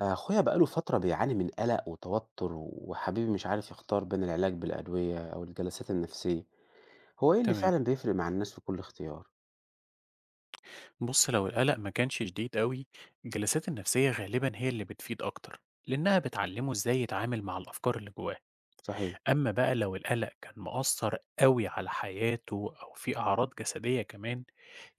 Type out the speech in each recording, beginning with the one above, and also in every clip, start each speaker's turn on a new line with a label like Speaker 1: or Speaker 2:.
Speaker 1: أخويا بقاله فترة بيعاني من قلق وتوتر وحبيبي مش عارف يختار بين العلاج بالأدوية أو الجلسات النفسية. هو إيه اللي
Speaker 2: تمام.
Speaker 1: فعلا بيفرق مع الناس في كل اختيار؟
Speaker 2: بص، لو القلق ما كانش شديد قوي، الجلسات النفسية غالبا هي اللي بتفيد أكتر لأنها بتعلمه إزاي يتعامل مع الأفكار اللي جواه.
Speaker 1: صحيح.
Speaker 2: أما بقى لو القلق كان مؤثر قوي على حياته أو في أعراض جسدية كمان،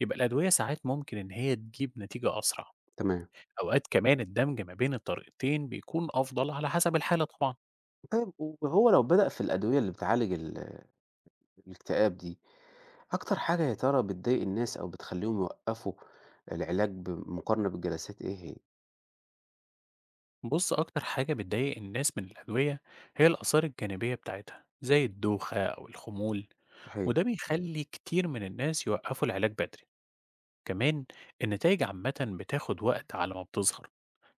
Speaker 2: يبقى الأدوية ساعات ممكن إن هي تجيب نتيجة أسرع.
Speaker 1: تمام.
Speaker 2: أوقات كمان الدمج ما بين الطريقتين بيكون أفضل على حسب الحالة طبعا.
Speaker 1: طيب وهو لو بدأ في الأدوية اللي بتعالج الاكتئاب دي أكتر حاجة يا ترى بتضايق الناس أو بتخليهم يوقفوا العلاج بمقارنة بالجلسات إيه هي؟
Speaker 2: بص، أكتر حاجة بتضايق الناس من الأدوية هي الآثار الجانبية بتاعتها زي الدوخة أو الخمول،
Speaker 1: صحيح.
Speaker 2: وده بيخلي كتير من الناس يوقفوا العلاج بدري. كمان النتائج عامة بتاخد وقت على ما بتظهر،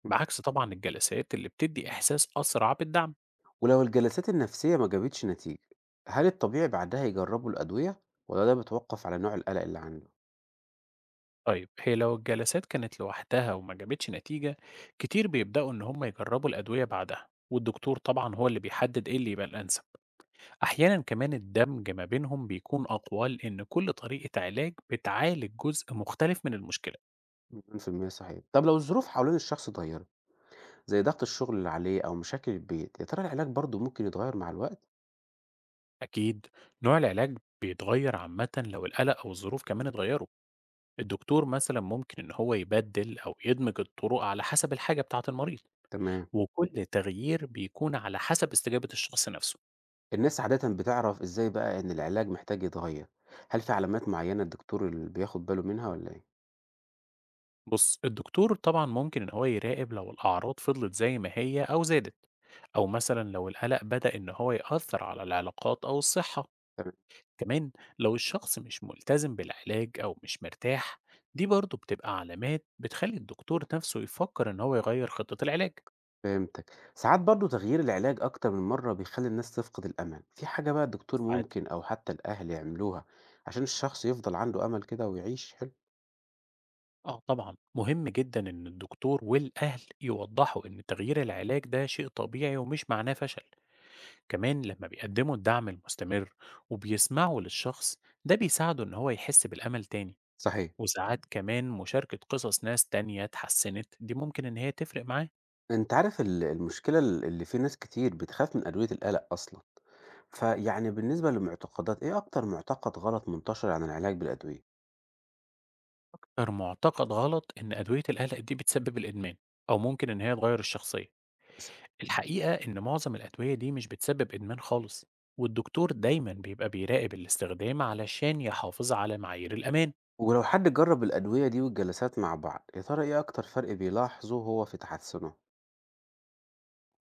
Speaker 1: م.
Speaker 2: بعكس طبعا الجلسات اللي بتدي إحساس أسرع بالدعم.
Speaker 1: ولو الجلسات النفسية ما جابتش نتيجة هل الطبيعي بعدها يجربوا الأدوية ولا ده بتوقف على نوع القلق اللي عنده؟
Speaker 2: طيب، هي لو الجلسات كانت لوحدها وما جابتش نتيجة، كتير بيبدأوا إن هم يجربوا الأدوية بعدها، والدكتور طبعا هو اللي بيحدد إيه اللي يبقى الأنسب. أحيانا كمان الدمج ما بينهم بيكون أقوى لأن كل طريقة علاج بتعالج جزء مختلف من المشكلة.
Speaker 1: 100% صحيح. طب لو الظروف حوالين الشخص اتغيرت، زي ضغط الشغل اللي عليه أو مشاكل البيت، يا ترى العلاج برضه ممكن يتغير مع الوقت؟
Speaker 2: أكيد، نوع العلاج بيتغير عامة لو القلق أو الظروف كمان اتغيروا. الدكتور مثلا ممكن إن هو يبدل أو يدمج الطرق على حسب الحاجة بتاعة المريض،
Speaker 1: تمام.
Speaker 2: وكل تغيير بيكون على حسب استجابة الشخص نفسه.
Speaker 1: الناس عادةً بتعرف إزاي بقى إن العلاج محتاج يتغير؟ هل في علامات معينة الدكتور اللي بياخد باله منها ولا إيه؟
Speaker 2: بص، الدكتور طبعا ممكن إن هو يراقب لو الأعراض فضلت زي ما هي أو زادت، أو مثلا لو القلق بدأ إن هو يأثر على العلاقات أو الصحة.
Speaker 1: تمام،
Speaker 2: كمان لو الشخص مش ملتزم بالعلاج أو مش مرتاح، دي برضه بتبقى علامات بتخلي الدكتور نفسه يفكر إن هو يغير خطة العلاج.
Speaker 1: فهمتك. ساعات برضه تغيير العلاج أكتر من مرة بيخلي الناس تفقد الأمل. في حاجة بقى الدكتور ممكن أو حتى الأهل يعملوها عشان الشخص يفضل عنده أمل كده ويعيش حلو؟
Speaker 2: آه طبعًا، مهم جدًا إن الدكتور والأهل يوضّحوا إن تغيير العلاج ده شيء طبيعي ومش معناه فشل، كمان لمّا بيقدّموا الدعم المستمر وبيسمعوا للشخص، ده بيساعده إن هو يحس بالأمل تاني،
Speaker 1: صحيح.
Speaker 2: وساعات كمان مشاركة قصص ناس تانية اتحسنت دي ممكن إن هي تفرق معاه.
Speaker 1: أنت عارف المشكلة اللي في ناس كتير بتخاف من أدوية القلق أصلًا. فيعني بالنسبة للمعتقدات، إيه أكتر معتقد غلط منتشر عن العلاج بالأدوية
Speaker 2: غير معتقد غلط إن أدوية القلق دي بتسبب الإدمان أو ممكن إن هي تغيّر الشخصية.
Speaker 1: مثلًا؟
Speaker 2: الحقيقة إن معظم الأدوية دي مش بتسبب إدمان خالص، والدكتور دايما بيبقى بيراقب الاستخدام علشان يحافظ على معايير الأمان.
Speaker 1: ولو حد جرب الأدوية دي والجلسات مع بعض، يا ترى إيه أكتر فرق بيلاحظه هو في تحسنه؟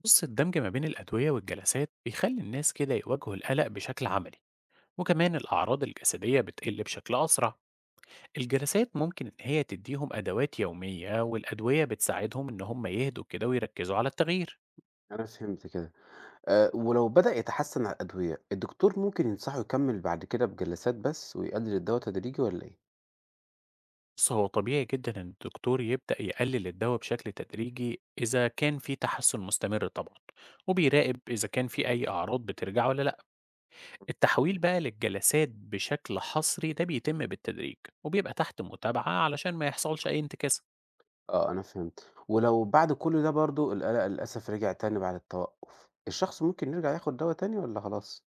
Speaker 2: بص، الدمج ما بين الأدوية والجلسات بيخلي الناس كده يواجهوا القلق بشكل عملي، وكمان الأعراض الجسدية بتقل بشكل أسرع. الجلسات ممكن إن هي تديهم أدوات يومية، والأدوية بتساعدهم إن هم يهدوا كده ويركزوا على التغيير.
Speaker 1: أنا فهمت كده، ولو بدأ يتحسن على الأدوية، الدكتور ممكن ينصحه يكمل بعد كده بجلسات بس ويقلل الدوا تدريجي والّا إيه؟
Speaker 2: بُص، هو طبيعي جدًا إن الدكتور يبدأ يقلل الدوا بشكل تدريجي إذا كان في تحسن مستمر طبعًا، وبيراقب إذا كان في أي أعراض بترجع والّا لأ. التحويل بقى للجلسات بشكل حصري ده بيتم بالتدريج، وبيبقى تحت متابعة علشان ما يحصلش أي انتكاسة.
Speaker 1: آه أنا فهمت، ولو بعد كل ده برضه القلق للأسف رجع تاني بعد التوقف، الشخص ممكن يرجع ياخد دوا تاني والّا خلاص؟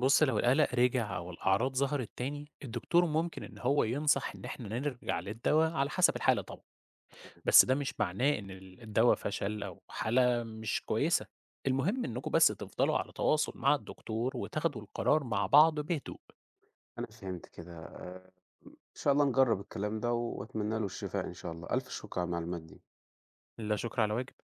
Speaker 2: بُص، لو القلق رجع أو الأعراض ظهرت تاني، الدكتور ممكن إن هو ينصح إن إحنا نرجع للدوا على حسب الحالة طبعًا. بس ده مش معناه إن ال الدوا فشل أو حالة مش كويسة، المهم إنكم بس تفضلوا على تواصل مع الدكتور وتاخدوا القرار مع بعض بهدوء.
Speaker 1: أنا فهمت كده، إن شاء الله نجرّب الكلام ده وأتمنى له الشفاء إن شاء الله. ألف شكر على المعلومات دي.
Speaker 2: لا شكر على واجب.